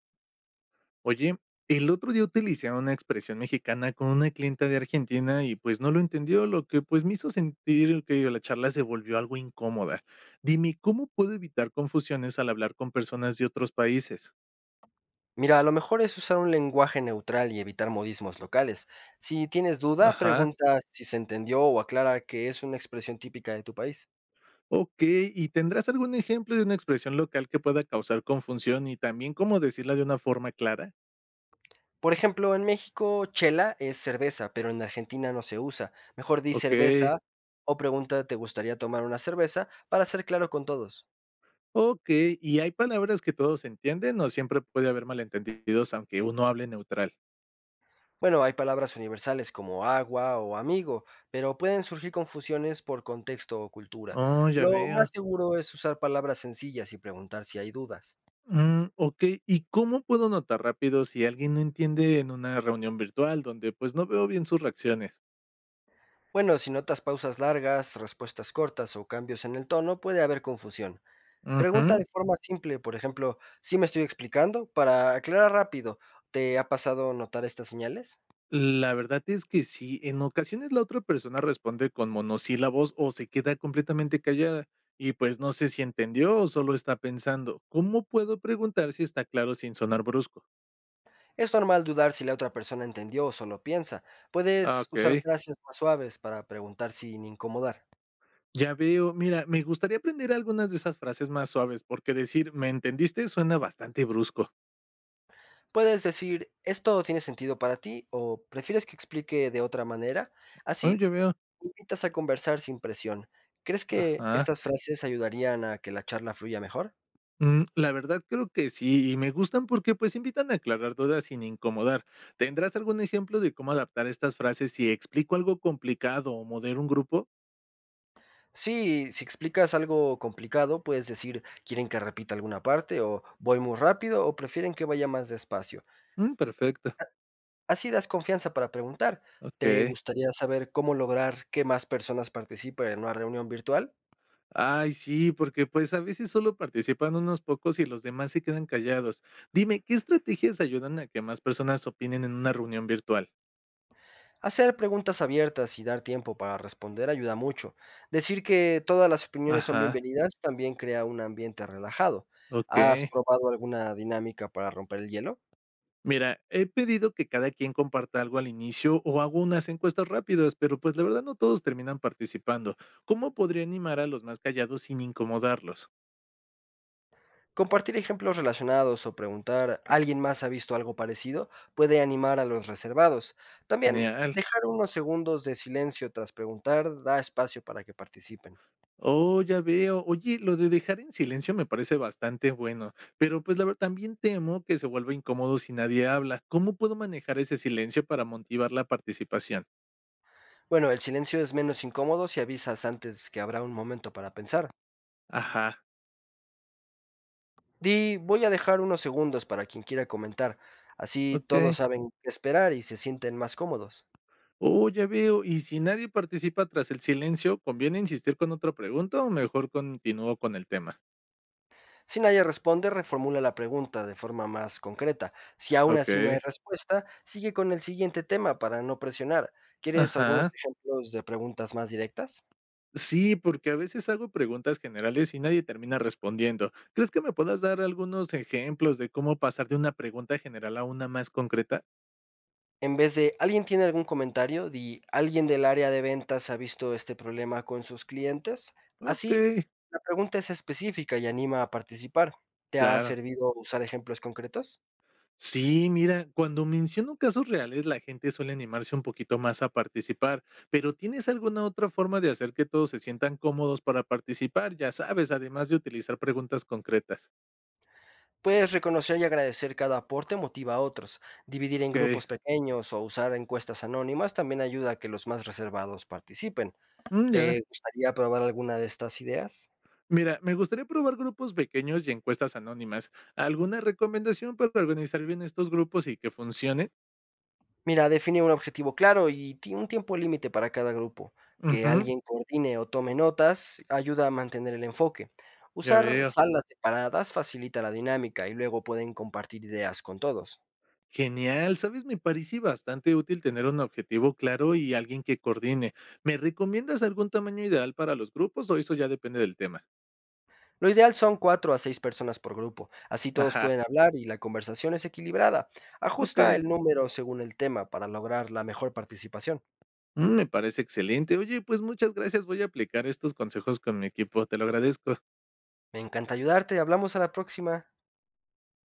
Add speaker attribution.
Speaker 1: Oye, el otro día utilicé una expresión mexicana con una clienta de Argentina y pues no lo entendió, lo que pues me hizo sentir que la charla se volvió algo incómoda. Dime, ¿cómo puedo evitar confusiones al hablar con personas de otros países?
Speaker 2: Mira, lo mejor es usar un lenguaje neutral y evitar modismos locales. Si tienes duda,
Speaker 1: Ajá.
Speaker 2: pregunta si se entendió o aclara que es una expresión típica de tu país.
Speaker 1: Ok, ¿y tendrás algún ejemplo de una expresión local que pueda causar confusión y también cómo decirla de una forma clara?
Speaker 2: Por ejemplo, en México, chela es cerveza, pero en Argentina no se usa. Mejor di
Speaker 1: Ok,
Speaker 2: cerveza o pregunta, ¿te gustaría tomar una cerveza? Para ser claro con todos.
Speaker 1: ok, ¿y hay palabras que todos entienden o siempre puede haber malentendidos aunque uno hable neutral?
Speaker 2: Bueno, hay palabras universales como agua o amigo, pero pueden surgir confusiones por contexto o cultura.
Speaker 1: Oh, ya
Speaker 2: Lo
Speaker 1: veo.
Speaker 2: más seguro es usar palabras sencillas y preguntar si hay dudas.
Speaker 1: Okey, ¿y cómo puedo notar rápido si alguien no entiende en una reunión virtual donde, pues, no veo bien sus reacciones?
Speaker 2: Bueno, si notas pausas largas, respuestas cortas o cambios en el tono, puede haber confusión. Pregunta
Speaker 1: Ujú.
Speaker 2: de forma simple, por ejemplo, ¿sí me estoy explicando? Para aclarar rápido, ¿te ha pasado notar estas señales?
Speaker 1: La verdad es que sí, en ocasiones la otra persona responde con monosílabos o se queda completamente callada y, pues, no sé si entendió o solo está pensando. ¿Cómo puedo preguntar si está claro sin sonar brusco?
Speaker 2: Es normal dudar si la otra persona entendió o solo piensa.
Speaker 1: Ah,
Speaker 2: Puedes usar
Speaker 1: okey,
Speaker 2: frases más suaves para preguntar sin incomodar.
Speaker 1: ya veo. Mira, me gustaría aprender algunas de esas frases más suaves, porque decir: "¿Me entendiste?", suena bastante brusco.
Speaker 2: Puedes decir, ¿esto tiene sentido para ti? ¿O prefieres que explique de otra manera?
Speaker 1: Oh,
Speaker 2: Así,
Speaker 1: ya veo.
Speaker 2: invitas a conversar sin presión. ¿Crees que
Speaker 1: Ajá.
Speaker 2: estas frases ayudarían a que la charla fluya mejor?
Speaker 1: La verdad creo que sí, y me gustan porque pues invitan a aclarar dudas sin incomodar. ¿Tendrás algún ejemplo de cómo adaptar estas frases si explico algo complicado o modero un grupo?
Speaker 2: Sí, si explicas algo complicado, puedes decir, ¿quieren que repita alguna parte? O voy muy rápido o prefieren que vaya más despacio.
Speaker 1: Perfecto,
Speaker 2: Así das confianza para preguntar. ¿Te
Speaker 1: ok.
Speaker 2: gustaría saber cómo lograr que más personas participen en una reunión virtual?
Speaker 1: Ay, sí, porque pues a veces solo participan unos pocos y los demás se quedan callados. Dime, ¿qué estrategias ayudan a que más personas opinen en una reunión virtual?
Speaker 2: Hacer preguntas abiertas y dar tiempo para responder ayuda mucho. Decir que todas las opiniones son
Speaker 1: Ajá,
Speaker 2: bienvenidas también crea un ambiente relajado.
Speaker 1: ok.
Speaker 2: ¿Has probado alguna dinámica para romper el hielo?
Speaker 1: Mira, he pedido que cada quien comparta algo al inicio o hago unas encuestas rápidas, pero pues la verdad no todos terminan participando. ¿Cómo podría animar a los más callados sin incomodarlos?
Speaker 2: Compartir ejemplos relacionados o preguntar, ¿alguien más ha visto algo parecido? Puede animar a los reservados. También
Speaker 1: Genial.
Speaker 2: dejar unos segundos de silencio tras preguntar da espacio para que participen.
Speaker 1: Oh, ya veo. Oye, lo de dejar en silencio me parece bastante bueno, pero pues la verdad también temo que se vuelva incómodo si nadie habla. ¿Cómo puedo manejar ese silencio para motivar la participación?
Speaker 2: Bueno, el silencio es menos incómodo si avisas antes que habrá un momento para pensar.
Speaker 1: Ajá,
Speaker 2: Di, voy a dejar unos segundos para quien quiera comentar. Así todos
Speaker 1: ok.
Speaker 2: saben qué esperar y se sienten más cómodos.
Speaker 1: Oh, ya veo. Y si nadie participa tras el silencio, ¿conviene insistir con otra pregunta o mejor continúo con el tema?
Speaker 2: Si nadie responde, reformula la pregunta de forma más concreta. Si aún así no
Speaker 1: Okey.
Speaker 2: hay respuesta, sigue con el siguiente tema para no presionar. ¿Quieres algunos
Speaker 1: Ajá.
Speaker 2: ejemplos de preguntas más directas?
Speaker 1: Sí, porque a veces hago preguntas generales y nadie termina respondiendo. ¿Crees que me puedas dar algunos ejemplos de cómo pasar de una pregunta general a una más concreta?
Speaker 2: En vez de ¿alguien tiene algún comentario? Di ¿alguien del área de ventas ha visto este problema con sus clientes? Así,
Speaker 1: Okey,
Speaker 2: la pregunta es específica y anima a participar. ¿Te ha
Speaker 1: claro.
Speaker 2: servido usar ejemplos concretos?
Speaker 1: Sí, mira, cuando menciono casos reales, la gente suele animarse un poquito más a participar, pero ¿tienes alguna otra forma de hacer que todos se sientan cómodos para participar? Ya sabes, además de utilizar preguntas concretas.
Speaker 2: Puedes reconocer y agradecer cada aporte motiva a otros. Dividir en
Speaker 1: Okey,
Speaker 2: grupos pequeños o usar encuestas anónimas también ayuda a que los más reservados participen.
Speaker 1: mm, ya.
Speaker 2: ¿Te gustaría probar alguna de estas ideas?
Speaker 1: Mira, me gustaría probar grupos pequeños y encuestas anónimas. ¿Alguna recomendación para organizar bien estos grupos y que funcionen?
Speaker 2: Mira, define un objetivo claro y un tiempo límite para cada grupo. Que
Speaker 1: Ujú,
Speaker 2: alguien coordine o tome notas ayuda a mantener el enfoque.
Speaker 1: ya
Speaker 2: Usar
Speaker 1: veo.
Speaker 2: salas separadas facilita la dinámica y luego pueden compartir ideas con todos.
Speaker 1: Genial, sabes, me parece bastante útil tener un objetivo claro y alguien que coordine. ¿Me recomiendas algún tamaño ideal para los grupos o eso ya depende del tema?
Speaker 2: Lo ideal son 4 a 6 personas por grupo, así todos
Speaker 1: Ajá,
Speaker 2: pueden hablar y la conversación es equilibrada. Ajusta
Speaker 1: ok.
Speaker 2: el número según el tema para lograr la mejor participación.
Speaker 1: Me parece excelente. Oye, pues muchas gracias. Voy a aplicar estos consejos con mi equipo. Te lo agradezco.
Speaker 2: Me encanta ayudarte, hablamos a la próxima.